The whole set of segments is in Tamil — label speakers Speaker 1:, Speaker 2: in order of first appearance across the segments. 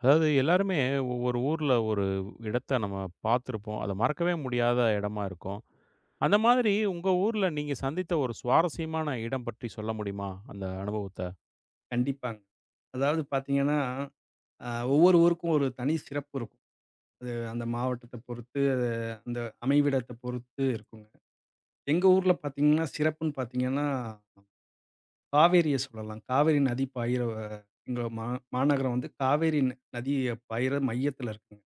Speaker 1: அதாவது எல்லாருமே ஒவ்வொரு ஊர்ல ஒரு இடத்த நம்ம பார்த்துருப்போம். அத மறக்கவே முடியாத இடமா இருக்கும். அந்த மாதிரி உங்க ஊர்ல நீங்க சந்தித்த ஒரு சுவாரஸ்யமான இடம் பற்றி சொல்ல முடியுமா? அந்த அனுபவத்த.
Speaker 2: கண்டிப்பாங்க. அதாவது பார்த்தீங்கன்னா, அ ஒவ்வொரு ஊருக்கும் ஒரு தனி சிறப்பு இருக்கும். அது அந்த மாவட்டத்த பொறுத்து, அந்த அமைவிடத்த பொறுத்து இருக்குங்க. எங்க ஊர்ல பார்த்தீங்கன்னா, சிறப்புன்னு பார்த்தீங்கன்னா, காவேரிய சொல்லலாம். காவேரி நதி பாயிற அ எங்க மா மாநகரம் வந்து காவேரி நதி பாயிற மையத்தில இருக்குங்க.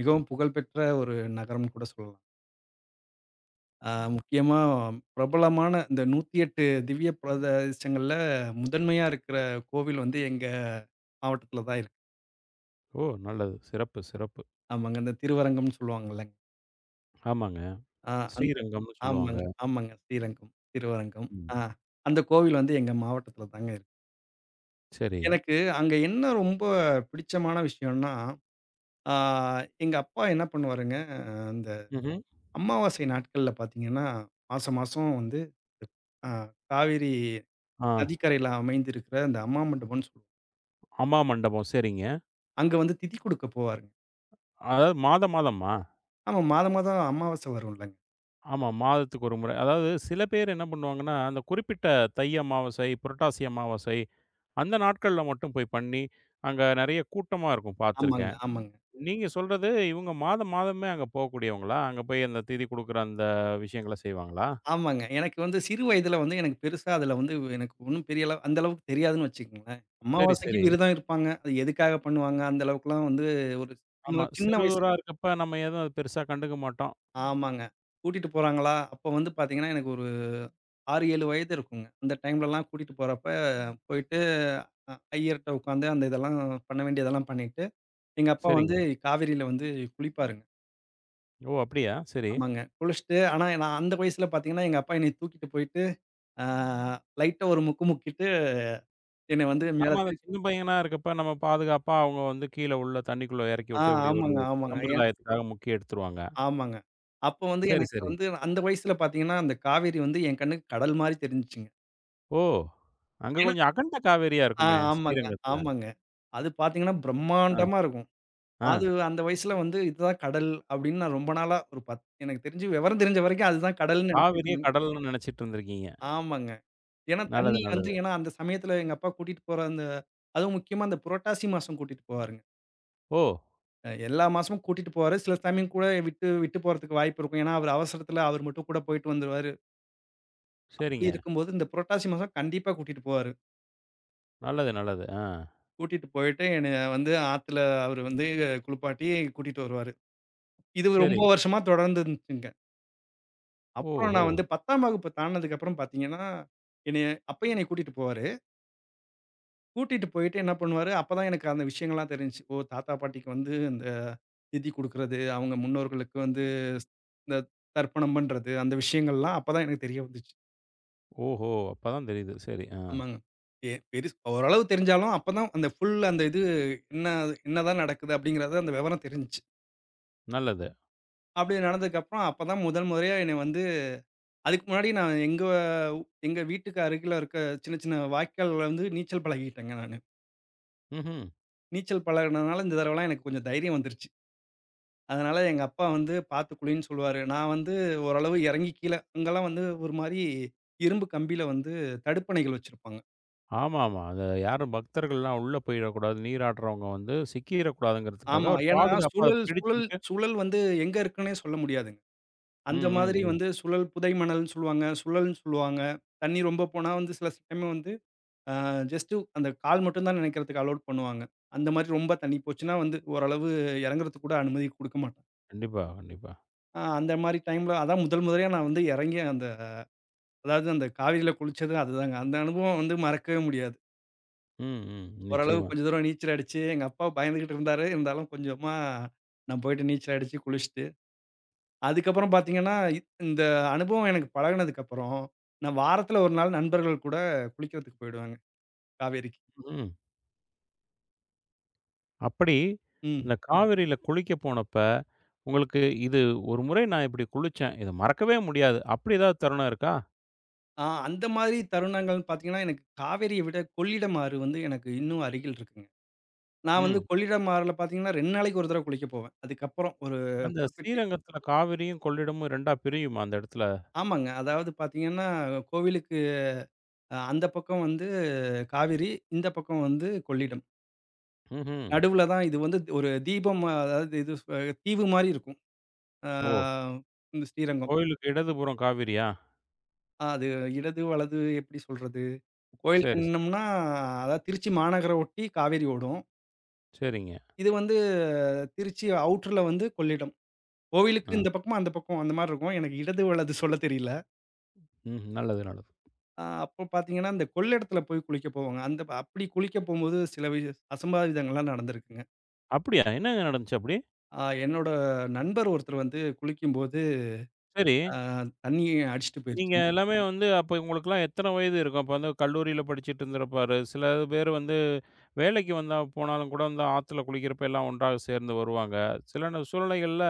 Speaker 2: மிகவும் புகழ்பெற்ற ஒரு நகரம்னு கூட சொல்லலாம். முக்கியமா பிரபலமான இந்த 108 திவ்ய பிரதேசங்கள்ல முதன்மையா இருக்கிற கோவில் வந்து எங்க மாவட்டத்தில தான் இருக்கு.
Speaker 1: ஓ! நல்லது. சிறப்பு, சிறப்பு.
Speaker 2: ஆமாங்க. இந்த திருவரங்கம்னு சொல்லுவாங்கல்ல.
Speaker 1: ஆமாங்க.
Speaker 2: ஆ அந்த
Speaker 1: ஸ்ரீரங்கம்னு சொல்லுவாங்க.
Speaker 2: ஆமாங்க, ஆமாங்க. ஸ்ரீரங்கம், திருவரங்கம்.
Speaker 1: ம்.
Speaker 2: ஆ அந்த கோவில் வந்து எங்க மாவட்டத்தில தாங்க இருக்கு.
Speaker 1: சரி.
Speaker 2: எனக்கு அங்க என்ன ரொம்ப பிடிச்சமான விஷயம்னா, ஆ எங்க அப்பா என்ன பண்ணுவாருங்க, அந்த
Speaker 1: ம்ஹ்ம்.
Speaker 2: அமாவாசை நாட்கள்ல பார்த்தீங்கன்னா, மாசம் மாசம் வந்து அ காவேரி
Speaker 1: ஆ.
Speaker 2: நதிக்கரையில அமைந்திருக்கிற அந்த அம்மா மண்டபம்னு சொல்லுவோம்.
Speaker 1: அம்மா மண்டபம். சரிங்க.
Speaker 2: அங்க வந்து திதி குடுக்க போவாருங்க.
Speaker 1: அதாவது மாதம் மாதமா?
Speaker 2: ஆமா மாதம் மாதம் அமாவாசை வரும்லங்க.
Speaker 1: ஆமா. மாதத்துக்கு ஒரு முறை. அதாவது சில பேர் என்ன பண்ணுவாங்கன்னா, அந்த குறிப்பிட்ட தை அமாவாசை, புரட்டாசி அமாவாசை அந்த நாட்கள்ல மட்டும் போய் பண்ணி, அங்க நெறைய கூட்டமா இருக்கும்
Speaker 2: ஆமாங்க,
Speaker 1: பார்த்துருக்கேன்.
Speaker 2: ஆமாங்க.
Speaker 1: நீங்க சொல்றது இவங்க மாதம் மாதமே அங்க போகக்கூடியவங்களா? அங்க போய் அந்த திதி குடுக்குற அந்த விஷயங்கள செய்வாங்களா?
Speaker 2: ஆமாங்க. எனக்கு வந்து சிறு வயதில வந்து எனக்கு பெருசா அதுல வந்து எனக்கு ஒண்ணும் பெரிய அளவு அந்த அளவுக்கு தெரியாதுன்னு வச்சுக்கங்களேன்.
Speaker 1: சரி,
Speaker 2: அமாவாசைக்கு
Speaker 1: சரி.
Speaker 2: விரதம் இருப்பாங்க. அது எதுக்காக பண்ணுவாங்க? அந்த அளவுக்குலாம் வந்து ஒரு
Speaker 1: ஆமா.
Speaker 2: சின்ன சின்ன
Speaker 1: சிறுவரா
Speaker 2: வயசுல
Speaker 1: இருக்கப்ப நம்ம எதுவும் அத பெருசா கண்டுக்க மாட்டோம்.
Speaker 2: ஆமாங்க. கூட்டிட்டு போறாங்களா, அப்ப வந்து பாத்தீங்கன்னா, எனக்கு ஒரு 6, 7 வயது இருக்குங்க. அந்த டைம்லலாம் கூட்டிட்டு போறப்ப போயிட்டு ஐயர்ட்ட உட்காந்து அந்த இதெல்லாம் பண்ண வேண்டியதெல்லாம் பண்ணிட்டு, எங்க அப்பா வந்து
Speaker 1: சரிங்க.
Speaker 2: காவேரியில வந்து குளிப்பாருங்க.
Speaker 1: ஓ! அப்படியா? சரி.
Speaker 2: ஆமாங்க. குளிச்சுட்டு ஆனா நான் அந்த வயசுல பாத்தீங்கன்னா, எங்க அப்பா என்னைய தூக்கிட்டு போயிட்டு, ஆ லைட்டா ஒரு முக்கு முக்கிட்டு என்ன வந்து மேல
Speaker 1: ஆமா. அந்த
Speaker 2: திருப்பி
Speaker 1: சின்ன பையனா இருக்கப்ப நம்ம பாதுகாப்பா அவங்க வந்து கீழ உள்ள தண்ணிக்குள்ள எறக்கி
Speaker 2: ஆ
Speaker 1: விட்டு, அப்படி ஒரு
Speaker 2: ஆமாங்க, ஆமாங்க. ஏன்
Speaker 1: சம்பிரதாயத்துக்காக முக்கி எடுத்துருவாங்க.
Speaker 2: ஆமாங்க. அப்போ வந்து
Speaker 1: சரி,
Speaker 2: எனக்கு
Speaker 1: சரி.
Speaker 2: வந்து அந்த வயசுல பார்த்தீங்கன்னா, அந்த காவேரி வந்து என் கண்ணுக்கு கடல் மாரி தெரிஞ்சுச்சுங்க.
Speaker 1: ஓ! அங்க
Speaker 2: ஏன்னா
Speaker 1: கொஞ்சம் அகண்ட காவேரியா இருக்குமே
Speaker 2: ஆமாங்க,
Speaker 1: ஸ்ரீரங்கத்துல.
Speaker 2: ஆமாங்க. அது பார்த்தீங்கன்னா,
Speaker 1: அ,
Speaker 2: பிரம்மாண்டமா இருக்கும். அது
Speaker 1: அ.
Speaker 2: அந்த வயசுல வந்து இதுதான் கடல் அப்படின்னு நான் ரொம்ப நாளா ஒரு எனக்கு தெரிஞ்சு விவரம் தெரிஞ்ச வரைக்கும் அதுதான் கடல்ன்னு நினைச்சுக்கிட்டு
Speaker 1: காவிரிய
Speaker 2: இருந்தேன்.
Speaker 1: கடல்னு நெனச்சுட்டு இருந்திருக்கீங்க.
Speaker 2: ஆமாங்க. ஏன்னா
Speaker 1: நல்லது,
Speaker 2: தண்ணி வந்து
Speaker 1: நல்லது.
Speaker 2: ஏன்னா அந்த சமயத்துல எங்க அப்பா கூட்டிட்டு போற அந்த அதுவும் முக்கியமா அந்த புரட்டாசி மாசம் கூட்டிட்டு போவாருங்க.
Speaker 1: ஓ!
Speaker 2: எல்லா மாசமும் கூட்டிட்டு போவாரு. சில சமயம் கூட விட்டு விட்டு போறதுக்கு வாய்ப்பு இருக்கும். ஏன்னா, அவரு அவசரத்துல அவர் மட்டும் கூட போயிட்டு வந்துருவாரு. அப்படி
Speaker 1: சரிங்க.
Speaker 2: இருக்கும்போது, இந்த புரட்டாசி மாசம் கண்டிப்பா கூட்டிட்டு போவாரு.
Speaker 1: நல்லது, நல்லது. ஆ.
Speaker 2: கூட்டிட்டு போயிட்டு என்னைய வந்து ஆத்துல அவரு வந்து குளிப்பாட்டி கூட்டிட்டு வருவாரு. இது
Speaker 1: சரி.
Speaker 2: ரொம்ப வருஷமா தொடர்ந்து இருந்துச்சுங்க. அப்புறம்
Speaker 1: ஓஹோ!
Speaker 2: நான் வந்து 10ஆம் வகுப்பு தாண்டுனதுக்கப்புறம் பாத்தீங்கன்னா, என்னைய அப்பயும் என்னைய கூட்டிட்டு போவாரு. கூட்டிட்டு போயிட்டு என்ன பண்ணுவாரு, அப்பதான் எனக்கு அந்த விஷயங்கள்லாம் தெரிஞ்சுச்சு. ஓ! தாத்தா, பாட்டிக்கு வந்து இந்த திதி குடுக்குறது, அவங்க முன்னோர்களுக்கு வந்து இந்த தர்ப்பணம் பண்றது, அந்த விஷயங்கள்லாம் அப்பதான் எனக்கு தெரிய வந்துச்சு.
Speaker 1: ஓஹோ! அப்பதான் தெரியுது. சரி. ஆ.
Speaker 2: ஆமாங்க. பெருசு ஓரளவு தெரிஞ்சாலும், அப்பதான் அந்த ஃபுல் அந்த இது என்ன என்னதான் நடக்குது அப்படிங்கிறது அந்த விவரம் தெரிஞ்சுச்சு.
Speaker 1: நல்லது.
Speaker 2: அப்படி நடந்ததுக்கப்புறம் அப்பதான் முதல் முறையா என்னை வந்து அதுக்கு முன்னாடி நான் எங்க எங்க வீட்டுக்கு அருகில இருக்க சின்ன சின்ன வாய்க்கால்ல வந்து நீச்சல் பழகிட்டேங்க நானு.
Speaker 1: ம்ஹ்ம்.
Speaker 2: நீச்சல் பழகுனதுனால இந்த தடவலாம் எனக்கு கொஞ்சம் தைரியம் வந்துருச்சு. அதனால எங்க அப்பா வந்து "பார்த்து குளின்னு" சொல்லுவாரு. நான் வந்து ஓரளவு இறங்கி கீழ அங்கலாம் வந்து ஒரு மாரி இரும்பு கம்பியில வந்து தடுப்பணைகள் வச்சிருப்பாங்க.
Speaker 1: ஆமாமா. அது யாரும் பக்தர்கள்லாம் உள்ள போயிறக்கூடாது. நீராடுறவங்க வந்து சிக்கிறக்கூடாதுங்கிறதுக்காக
Speaker 2: ஆமா.
Speaker 1: ஒரு
Speaker 2: ஏன்னா
Speaker 1: பாதுகாப்பா அத
Speaker 2: சுழல் சுழல்
Speaker 1: பிடிச்சுக்கிட்டு
Speaker 2: சுழல் வந்து எங்க இருக்குன்னே சொல்ல முடியாதுங்க.
Speaker 1: ம்,
Speaker 2: அந்த
Speaker 1: ம்,
Speaker 2: மாதிரி
Speaker 1: ம்.
Speaker 2: வந்து சுழல் புதை மணல்ன்னு சொல்லுவாங்க, சுழல்ன்னு சொல்லுவாங்க. தண்ணி ரொம்ப போனா வந்து சில டைம் வந்து ஜஸ்ட்டு அந்த கால் மட்டும் தான் நனைக்கிறதுக்கு அலோட் பண்ணுவாங்க. அந்த மாதிரி ரொம்ப தண்ணி போச்சுன்னா வந்து ஓரளவு இறங்குறதுக்கு கூட அனுமதி குடுக்க மாட்டாங்க.
Speaker 1: கண்டிப்பா, கண்டிப்பா.
Speaker 2: அந்த மாரி டைம்ல அதான் முதல் முதலயா நான் வந்து இறங்கி அந்த அதாவது அந்த காவிரியில குளிச்சது அதுதாங்க. அந்த அனுபவம் வந்து மறக்கவே முடியாது.
Speaker 1: ம், ம்.
Speaker 2: ஓரளவு
Speaker 1: நிச்சயமா.
Speaker 2: கொஞ்ச தூரம் நீச்சல் அடிச்சு, எங்க அப்பா பயந்துகிட்டு இருந்தாரு. இருந்தாலும் கொஞ்சமா நான் போயிட்டு நீச்சல் அடிச்சு குளிச்சுட்டு அதுக்கப்புறம் பார்த்தீங்கன்னா, இந்த அனுபவம் எனக்கு பழகுனதுக்கப்புறம், நான் வாரத்துல ஒரு நாள் நண்பர்கள் கூட குளிக்கிறதுக்கு போயிடுவேங்க, காவேரிக்கு.
Speaker 1: ம். அப்படி
Speaker 2: ம்.
Speaker 1: அந்த ம். காவிரியில குளிக்க போனப்ப, உங்களுக்கு இது ஒரு முறை நான் இப்படி குளிச்சேன். இத மறக்கவே முடியாது. அப்படி ஏதாவது தருணம் இருக்கா?
Speaker 2: அந்த மாதிரி தருணங்கள்னு பார்த்தீங்கன்னா, எனக்கு காவேரிய விட கொள்ளிடம் ஆறு வந்து எனக்கு இன்னும் அருகில் இருக்குங்க. நான் வந்து
Speaker 1: ம்.
Speaker 2: கொள்ளிடம் ஆறுல பார்த்தீங்கன்னா, 2 நாளைக்கு ஒரு தடவ குளிக்க போவேன். அதுக்கப்புறம் ஒரு
Speaker 1: அந்த
Speaker 2: குறிப்பிட்ட
Speaker 1: ஸ்ரீரங்கத்தில காவிரியும், கொள்ளிடமும் 2ஆ பிரியுமா அந்த இடத்துல?
Speaker 2: ஆமாங்க. அதாவது பார்த்தீங்கன்னா, கோவிலுக்கு அந்த பக்கம் வந்து காவேரி, இந்த பக்கம் வந்து கொள்ளிடம்.
Speaker 1: ம்ஹ்ம்.
Speaker 2: நடுவுல தான் இது வந்து ஒரு தீபம் அதாவது இது தீவு மாரி இருக்கும். ஆ
Speaker 1: ஓ!
Speaker 2: இந்த ஸ்ரீரங்கம்.
Speaker 1: கோயிலுக்கு இடதுபுறம் காவிரியா?
Speaker 2: அது இடது, வலது எப்படி சொல்றது? கோயில்
Speaker 1: சரி,
Speaker 2: கன்னம்னா, அதாவது திருச்சி மாநகர ஒட்டி காவேரி ஓடும்.
Speaker 1: சரிங்க.
Speaker 2: இது வந்து திருச்சி அவுட்டர்ல வந்து கொள்ளிடம். கோவிலுக்கு
Speaker 1: அ.
Speaker 2: இந்த பக்கமும், அந்த பக்கம் அந்த மாரி இருக்கும். எனக்கு இடது, வலது சொல்ல தெரியல.
Speaker 1: ம். நல்லது, நல்லது.
Speaker 2: அப்போ பார்த்தீங்கன்னா, இந்த கொள்ளிடத்துல போய் குளிக்க போவாங்க. அந்த அப்படி குளிக்க போம்போது சில அசம்பாவிதங்கள்லாம் நடந்திருக்குங்க.
Speaker 1: அப்படியா? என்னங்க நடந்துச்சு அப்படி?
Speaker 2: என்னோட நண்பர் ஒருத்தர் வந்து குளிக்கும்போது,
Speaker 1: சரி.
Speaker 2: அ தண்ணி அடிச்சுட்டு
Speaker 1: நீங்க
Speaker 2: போயிருச்சுங்க.
Speaker 1: எல்லாமே வந்து அப்ப உங்களுக்கெல்லாம் எத்தன வயது இருக்கும்? அப்ப வந்து கல்லூரியில படிச்சுட்டு இருந்திருப்பாரு. சில பேர் வந்து வேலைக்கு வந்தா போனாலும் கூட வந்து ஆத்துல குளிக்கிறப்ப எல்லாம் ஒன்றாக சேர்ந்து வருவாங்க. சில சூழ்நிலைகள்ல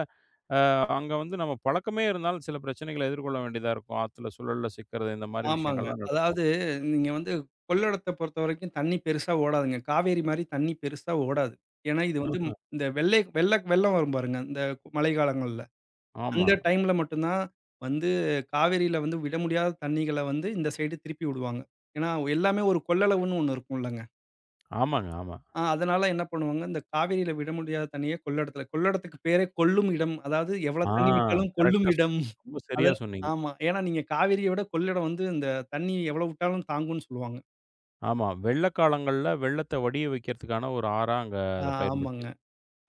Speaker 1: அ அங்க வந்து நம்ம பழக்கமே இருந்தாலும் சில பிரச்சனைகள எதிர்கொள்ள வேண்டியதா இருக்கும். ஆத்துல சுழல்ல சிக்கிறது இந்த மாரி
Speaker 2: ஆமாங்க.
Speaker 1: விஷயங்கள்லாம் நடக்கும்.
Speaker 2: அதாவது நீங்க வந்து கொள்ளிடத்த பொறுத்தவரைக்கும் தண்ணி பெருசா ஓடாதுங்க. காவேரி மாரி தண்ணி பெருசா ஓடாது. ஏன்னா, இது வந்து
Speaker 1: ம்ஹ்ம்.
Speaker 2: இந்த வெள்ளை வெள்ள வெள்ளம் வரும் பாருங்க, இந்த மழை காலங்கள்ல.
Speaker 1: ஆமா.
Speaker 2: அந்த டைம்ல மட்டும் தான் வந்து காவேரியில வந்து விட முடியாத தண்ணீகள வந்து இந்த சைடு திருப்பி விடுவாங்க. ஏன்னா, எல்லாமே ஒரு கொள்ளளவுன்னு ஒண்ணு இருக்கும்லங்க.
Speaker 1: ஆமாங்க, ஆமா.
Speaker 2: அதனால என்ன பண்ணுவாங்க, இந்த காவேரியில விட முடியாத தண்ணிய கொள்ளிடத்துக்கு பேரே கொள்ளும் இடம். அதாவது எவ்வளோ
Speaker 1: ஆ
Speaker 2: தண்ணி விட்டாலும் கொள்ளும்
Speaker 1: கரெக்ட்டா
Speaker 2: இடம்.
Speaker 1: சொன்னீங்க. ரொம்ப
Speaker 2: அத
Speaker 1: சரியா சொன்னீங்க.
Speaker 2: ஆமா. ஏன்னா, நீங்க காவேரிய விட கொள்ளிடம் வந்து இந்த தண்ணி எவ்வளோ விட்டாலும் தாங்கும்ன்னு சொல்லுவாங்க.
Speaker 1: ஆமா. வெள்ள காலங்கள்ல வெள்ளத்த வடிய வைக்கிறதுக்கான ஒரு ஆறா அங்க
Speaker 2: ஆ
Speaker 1: அத பயன்படுத்தி
Speaker 2: ஆமாங்க.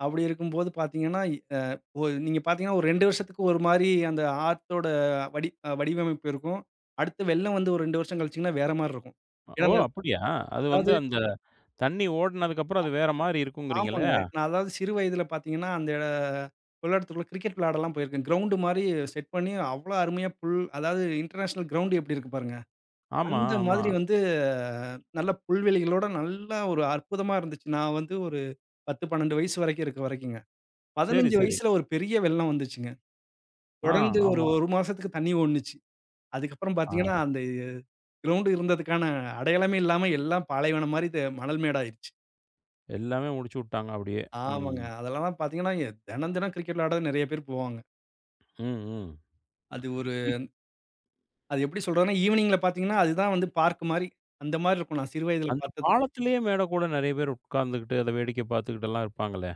Speaker 2: அப்படி இருக்கும்போது பார்த்தீங்கன்னா, அ ஒ நீங்க பார்த்தீங்கன்னா, ஒரு 2 வருஷத்துக்கு ஒரு மாரி அந்த ஆத்தோட வடிவமைப்பு இருக்கும். அடுத்து வெள்ளம் வந்து ஒரு 2 வருஷம் கழிச்சீங்கன்னா, வேற மாரி இருக்கும்.
Speaker 1: ஓ!
Speaker 2: ஏன்னா நான்
Speaker 1: அப்படியா? அது வந்து
Speaker 2: அதாவது
Speaker 1: அந்த தண்ணி ஓடுனதுக்கப்புறம் அது வேற மாரி இருக்குங்கிறீங்களே?
Speaker 2: ஆமாங்க. நான் அதாவது சிறு வயதில பார்த்தீங்கன்னா, அந்த கொள்ளிடத்துக்குள்ள கிரிக்கெட் விளையாடலாம் போயிருக்கேன். கிரவுண்டு மாரி செட் பண்ணி அவ்வளோ அருமையா புல் அதாவது இன்டர்நேஷனல் கிரவுண்ட் எப்படி இருக்கு பாருங்க.
Speaker 1: ஆமா,
Speaker 2: அந்த
Speaker 1: ஆமா.
Speaker 2: மாதிரி வந்து நல்ல புல்வெளிகளோட நல்லா ஒரு அற்புதமா இருந்துச்சு. நான் வந்து ஒரு 10, 12 வயசு வரைக்கும் இருக்க வரைக்குங்க.
Speaker 1: சரி,
Speaker 2: 15
Speaker 1: சரி.
Speaker 2: வயசுல ஒரு பெரிய வெள்ளம் வந்துச்சுங்க.
Speaker 1: ஆ,
Speaker 2: தொடர்ந்து ஒரு
Speaker 1: ஆமா.
Speaker 2: 1 மாசத்துக்கு தண்ணி ஓடுனுச்சு. அதுக்கப்புறம்
Speaker 1: ஆ
Speaker 2: பார்த்தீங்கன்னா, அந்த கிரவுண்டு இருந்ததுக்கான அடையாளமே இல்லாம எல்லாம் பாலைவனம் மாரி மணல் மேடாயிருச்சு.
Speaker 1: எல்லாமே முடிச்சு விட்டாங்க அப்படியே. ம்.
Speaker 2: ஆமாங்க. அதெல்லாம் பார்த்தீங்கன்னா, தினம் தினம் கிரிக்கெட் விளையாட நெறைய பேர் போவாங்க.
Speaker 1: ம், ம்.
Speaker 2: அது ஒரு
Speaker 1: இப்
Speaker 2: அது எப்படி சொல்றதுன்னா, ஈவ்னிங்ல பார்த்தீங்கன்னா, அதுதான் வந்து பார்க் மாரி. அந்த மாரி இருக்கும். நான் சிறு வயதில
Speaker 1: அந்த
Speaker 2: பார்த்தது.
Speaker 1: பாலத்திலேயே மேல கூட நெறைய பேர் உட்கார்ந்துகிட்டு, அத வேடிக்கை பார்த்துக்கிட்டுலாம் இருப்பாங்களே.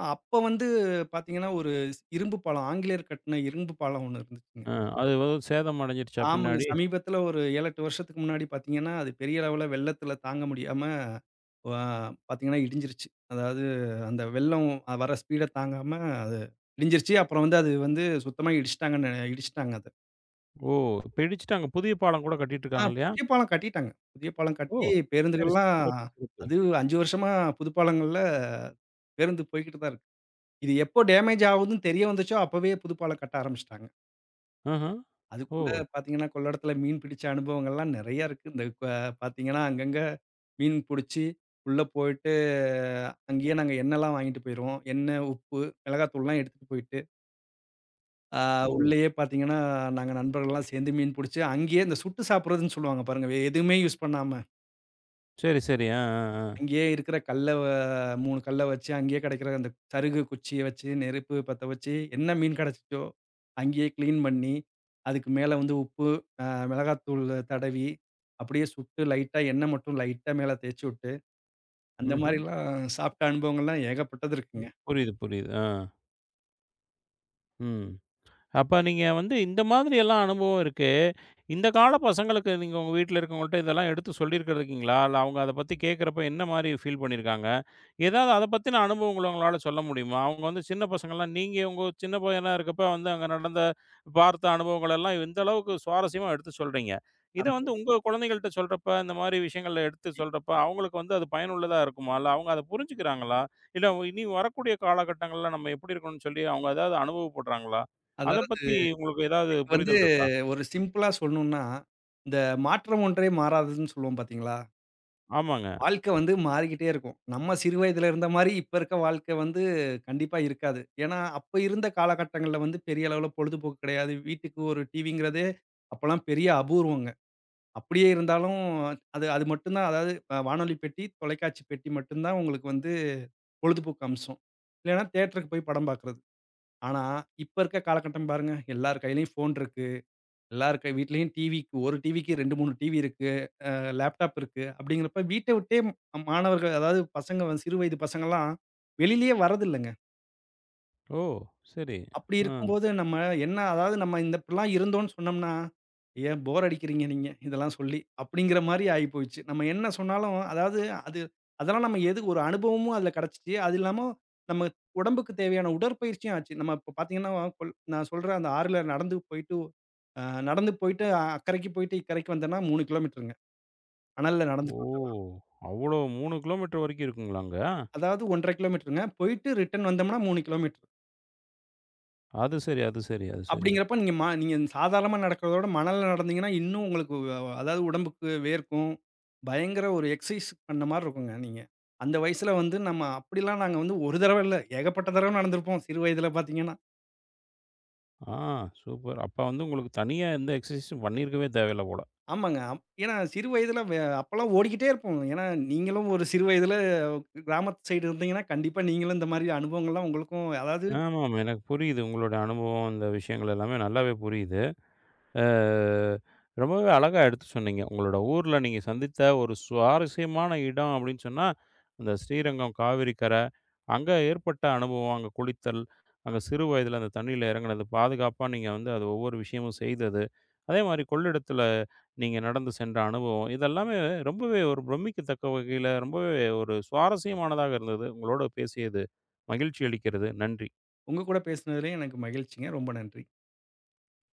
Speaker 2: அப்ப வந்து பார்த்தீங்கன்னா, ஒரு இரும்பு பாலம். ஆங்கிலேயர் கட்டுன இரும்பு பாலம் ஒண்ணு இருந்துச்சுங்க.
Speaker 1: அ அது ஏதோ சேதம் அடைஞ்சிருச்சா
Speaker 2: ஆமாங்க.
Speaker 1: பின்னாடி?
Speaker 2: சமீபத்தில ஒரு 7, 8 வருஷத்துக்கு முன்னாடி பார்த்தீங்கன்னா, அது பெரிய அளவுல வெள்ளத்தில தாங்க முடியாம வ பார்த்தீங்கன்னா இடிஞ்சிருச்சு. அதாவது அந்த வெள்ளம் வர ஸ்பீட தாங்காம அது இடிஞ்சிருச்சு. அப்புறம் வந்து அது வந்து சுத்தமா இடிச்சுட்டாங்கன்னு இடிச்சுட்டாங்க அத.
Speaker 1: ஓ! இப்ப இடிச்சுட்டாங்க. புதிய பாலம் கூட கட்டிட்டு இருக்காங்க இல்லையா?
Speaker 2: புதிய பாலம் கட்டிட்டாங்க. புதிய பாலம்
Speaker 1: ஓ!
Speaker 2: கட்டி
Speaker 1: சரி, சரி.
Speaker 2: பேருந்துகள்லாம்
Speaker 1: சிறப்பு, சிறப்பு.
Speaker 2: அது 5 வருஷமா புது பாலங்கள்ல பேருந்து போய்க்கிட்டு தான் இருக்கு. இது எப்போ டேமேஜ் ஆகுதுன்னு தெரிய வந்துச்சோ, அப்பவே புது பாலம் கட்ட ஆரம்பிச்சுட்டாங்க.
Speaker 1: ம்ஹ்ம். ஓ!
Speaker 2: அதுக்குள்ள பார்த்தீங்கன்னா, கொள்ளிடத்துல மீன் பிடிச்ச அனுபவங்கள்லாம் நெறைய இருக்கு. இந்த க பார்த்தீங்கன்னா, அங்கங்க மீன் புடிச்சு, உள்ள போயிட்டு அங்கேயே நாங்க எண்ணெல்லாம் வாங்கிட்டு போயிருவோம். எண்ணெய், உப்பு, மிளகாத்தூள்லாம் எடுத்துட்டு போயிட்டு, ஆ
Speaker 1: ஓ!
Speaker 2: உள்ளயே பார்த்தீங்கன்னா, நாங்க நண்பர்கள்லாம் சேர்ந்து மீன் புடிச்சு, அங்கேயே இந்த சுட்டு சாப்பிடுறதுன்னு சொல்லுவாங்க பாருங்க. எதுவுமே யூஸ் பண்ணாம,
Speaker 1: சரி, சரி. ஆ, ஆ, ஆ.
Speaker 2: அங்கேயே இருக்கிற கல்ல 3 கல்ல வச்சு, அங்கேயே கிடைக்கிற அந்த சருகு குச்சிய வச்சு, நெருப்பு பத்த வச்சு, என்ன மீன் கிடைச்சுச்சோ அங்கேயே கிளீன் பண்ணி, அதுக்கு மேல வந்து உப்பு, அ மிளகாத்தூள் தடவி, அப்படியே சுட்டு லைட்டா எண்ணெய் மட்டும் லைட்டா மேல தேய்ச்சு விட்டு அந்த
Speaker 1: ம்ஹ்ம்.
Speaker 2: மாரிலாம் சாப்பிட்ட அனுபவங்கள்லாம் ஏகப்பட்டது
Speaker 1: ம்.
Speaker 2: இருக்குங்க.
Speaker 1: புரியுது, புரியுது. ஆ. ம். அப்ப நீங்க வந்து இந்த மாதிரி எல்லாம் அனுபவம் இருக்கு. இந்த கால பசங்களுக்கு நீங்க உங்க வீட்ல இருக்கவங்கள்ட்ட இதெல்லாம் எடுத்து சொல்லியிருக்கிறதுக்கீங்களா? இல்ல அவங்க அத பத்தி கேட்கிறப்ப என்ன மாரி ஃபீல் பண்ணியிருக்காங்க? ஏதாவது அத பத்தின அனுபவங்கள உங்களால சொல்ல முடியுமா? அவங்க வந்து சின்ன பசங்கள்லாம் நீங்க உங்க சின்ன பையனா இருக்கப்ப வந்து அங்க நடந்த பார்த்த அனுபவங்கள் எல்லாம் இந்த அளவுக்கு சுவாரஸ்யமா எடுத்து சொல்றீங்க. இத வந்து
Speaker 2: ஆமாங்க.
Speaker 1: உங்க குழந்தைகள்ட்ட சொல்றப்ப, இந்த மாரி விஷயங்கள எடுத்து
Speaker 2: இ
Speaker 1: சொல்றப்ப, அவங்களுக்கு வந்து அது பயனுள்ளதா இருக்குமா? இல்ல அவங்க அத புரிஞ்சுக்கிறாங்களா? இல்ல இனி வரக்கூடிய காலகட்டங்கள்ல நம்ம எப்படி இருக்கணும்னு சொல்லி அவங்க ஏதாவது அனுபவப்படுறாங்களா? அத
Speaker 2: அதாவது
Speaker 1: பத்தி உங்களுக்கு ஏதாவது
Speaker 2: இதுக்கு வந்து
Speaker 1: புரிதல் இருக்கா?
Speaker 2: ஒரு சிம்பிளா சொல்லணும்னா, இந்த மாற்றம் ஒன்றே மாறாததுன்னு சொல்லுவோம் பார்த்தீங்களா?
Speaker 1: ஆமாங்க.
Speaker 2: வாழ்க்கை வந்து மாறிக்கிட்டே இருக்கும். நம்ம சிறு வயதில இருந்த மாரி இப்ப இருக்க வாழ்க்கை வந்து கண்டிப்பா இருக்காது. ஏன்னா, அப்ப இருந்த காலகட்டங்கள்ல வந்து பெரிய அளவுல பொழுதுபோக்கு கிடையாது. வீட்டுக்கு ஒரு டிவிங்கிறதே அப்பலாம் பெரிய அபூர்வங்க. அப்படியே இருந்தாலும் அது அது மட்டும் தான் அதாவது வானொலி பெட்டி, தொலைக்காட்சி பெட்டி மட்டும் தான் உங்களுக்கு வந்து பொழுதுபோக்கு அம்சம். இல்லைன்னா தியேட்டருக்கு போய் படம் பார்க்குறது. ஆனா, இப்ப இருக்க காலகட்டம் பாருங்க. எல்லார் கையிலயும் ஃபோன் இருக்கு. எல்லார் கை வீட்லயும் டிவிக்கு 1 டிவிக்கு 2, 3 டிவி இருக்கு. லேப்டாப் இருக்கு. அப்படிங்கிறப்ப வீட்ட விட்டே மாணவர்கள் அதாவது பசங்க வந்து சிறு வயது பசங்கலாம் வெளியிலேயே வரதில்லைங்க.
Speaker 1: ஓ! சரி.
Speaker 2: அப்படி
Speaker 1: ஆ.
Speaker 2: இருக்கும்போது நம்ம என்ன அதாவது நம்ம இந்த இப்படிலாம் இருந்தோம்ன்னு சொன்னோம்னா, "ஏன் போர் அடிக்கிறீங்க நீங்க இதெல்லாம் சொல்லி" அப்படிங்கிற மாரி ஆயிப்போச்சு. நம்ம என்ன சொன்னாலும் அதாவது அது அதெல்லாம் நம்ம எது ஒரு அனுபவமும் அதில கிடைச்சுச்சு. அது இல்லாம நம்ம உடம்புக்கு தேவையான உடற்பயிற்சியும் ஆச்சு. நம்ம இப்ப பார்த்தீங்கன்னா, நான் சொல்ற அந்த ஆறுல நடந்து போயிட்டு அ நடந்து போயிட்டு அக்கரைக்கு போயிட்டு இக்கரைக்கு வந்தோம்னா 3 கிலோமீட்டருங்க. அனல்ல
Speaker 1: ஓ!
Speaker 2: நடந்துட்டு வந்தோம்னா.
Speaker 1: அவ்வளோ 3 கிலோமீட்டர் வரைக்கும் இருக்குங்களா அங்க?
Speaker 2: அதாவது 1 1/2 கிலோமீட்டருங்க. போயிட்டு ரிட்டர்ன் வந்தோம்னா 3 கிலோமீட்டர்.
Speaker 1: அது சரி, அது சரி, அது சரி.
Speaker 2: அப்படிங்கிறப்ப நீங்க நீங்க சாதாரணமா நடக்கிறதோட மணல்ல நடந்தீங்கன்னா, இன்னும் உங்களுக்கு அதாவது உடம்புக்கு வேர்க்கும். பயங்கர ஒரு எக்ஸர்சைஸ் பண்ண மாரி இருக்குங்க நீங்க. அந்த வயசுல வந்து நம்ம அப்படிலாம் நாங்க வந்து ஒரு தடவ இல்ல, ஏகப்பட்ட தடவ நடந்திருப்போம் சிறு வயதில பார்த்தீங்கன்னா.
Speaker 1: ஆ சூப்பர். அப்ப வந்து உங்களுக்கு தனியா எந்த எக்ஸர்சைஸும் பண்ணியிருக்கவே தேவையில்ல போல.
Speaker 2: ஆமாங்க. ஏன்னா சிறு வயதில அப்பலாம் ஓடிக்கிட்டே இருப்போம். ஏன்னா நீங்களும் ஒரு சிறு வயதில கிராமத்து சைடு இருந்தீங்கன்னா, கண்டிப்பா நீங்களும் இந்த மாரி அனுபவங்கள்லாம் உங்களுக்கும் அதாவது
Speaker 1: ஆமாமா. எனக்கு புரியுது. உங்களுடைய அனுபவம், இந்த விஷயங்கள் எல்லாமே நல்லாவே புரியுது. அ ரொம்பவே அழகா எடுத்து சொன்னீங்க. உங்களோட ஊர்ல நீங்க சந்தித்த ஒரு சுவாரஸ்யமான இடம் அப்படின்னு சொன்னா, அந்த ஸ்ரீரங்கம் காவிரி கரை. அங்க ஏற்பட்ட அனுபவம், அங்க குளித்தல், அங்க சிறு வயதில அந்த தண்ணீல இறங்குனது, பாதுகாப்பா நீங்க வந்து அது ஒவ்வொரு விஷயமும் செய்தது. அதே மாரி கொள்ளிடத்தில நீங்க நடந்து சென்ற அனுபவம். இதெல்லாமே ரொம்பவே ஒரு பிரமிக்கத்தக்க வகையில ரொம்பவே ஒரு சுவாரஸ்யமானதாக இருந்தது. உங்களோட பேசியது மகிழ்ச்சி அளிக்கிறது. நன்றி.
Speaker 2: உங்க கூட பேசினதுலயும் எனக்கு மகிழ்ச்சிங்க. ரொம்ப நன்றி.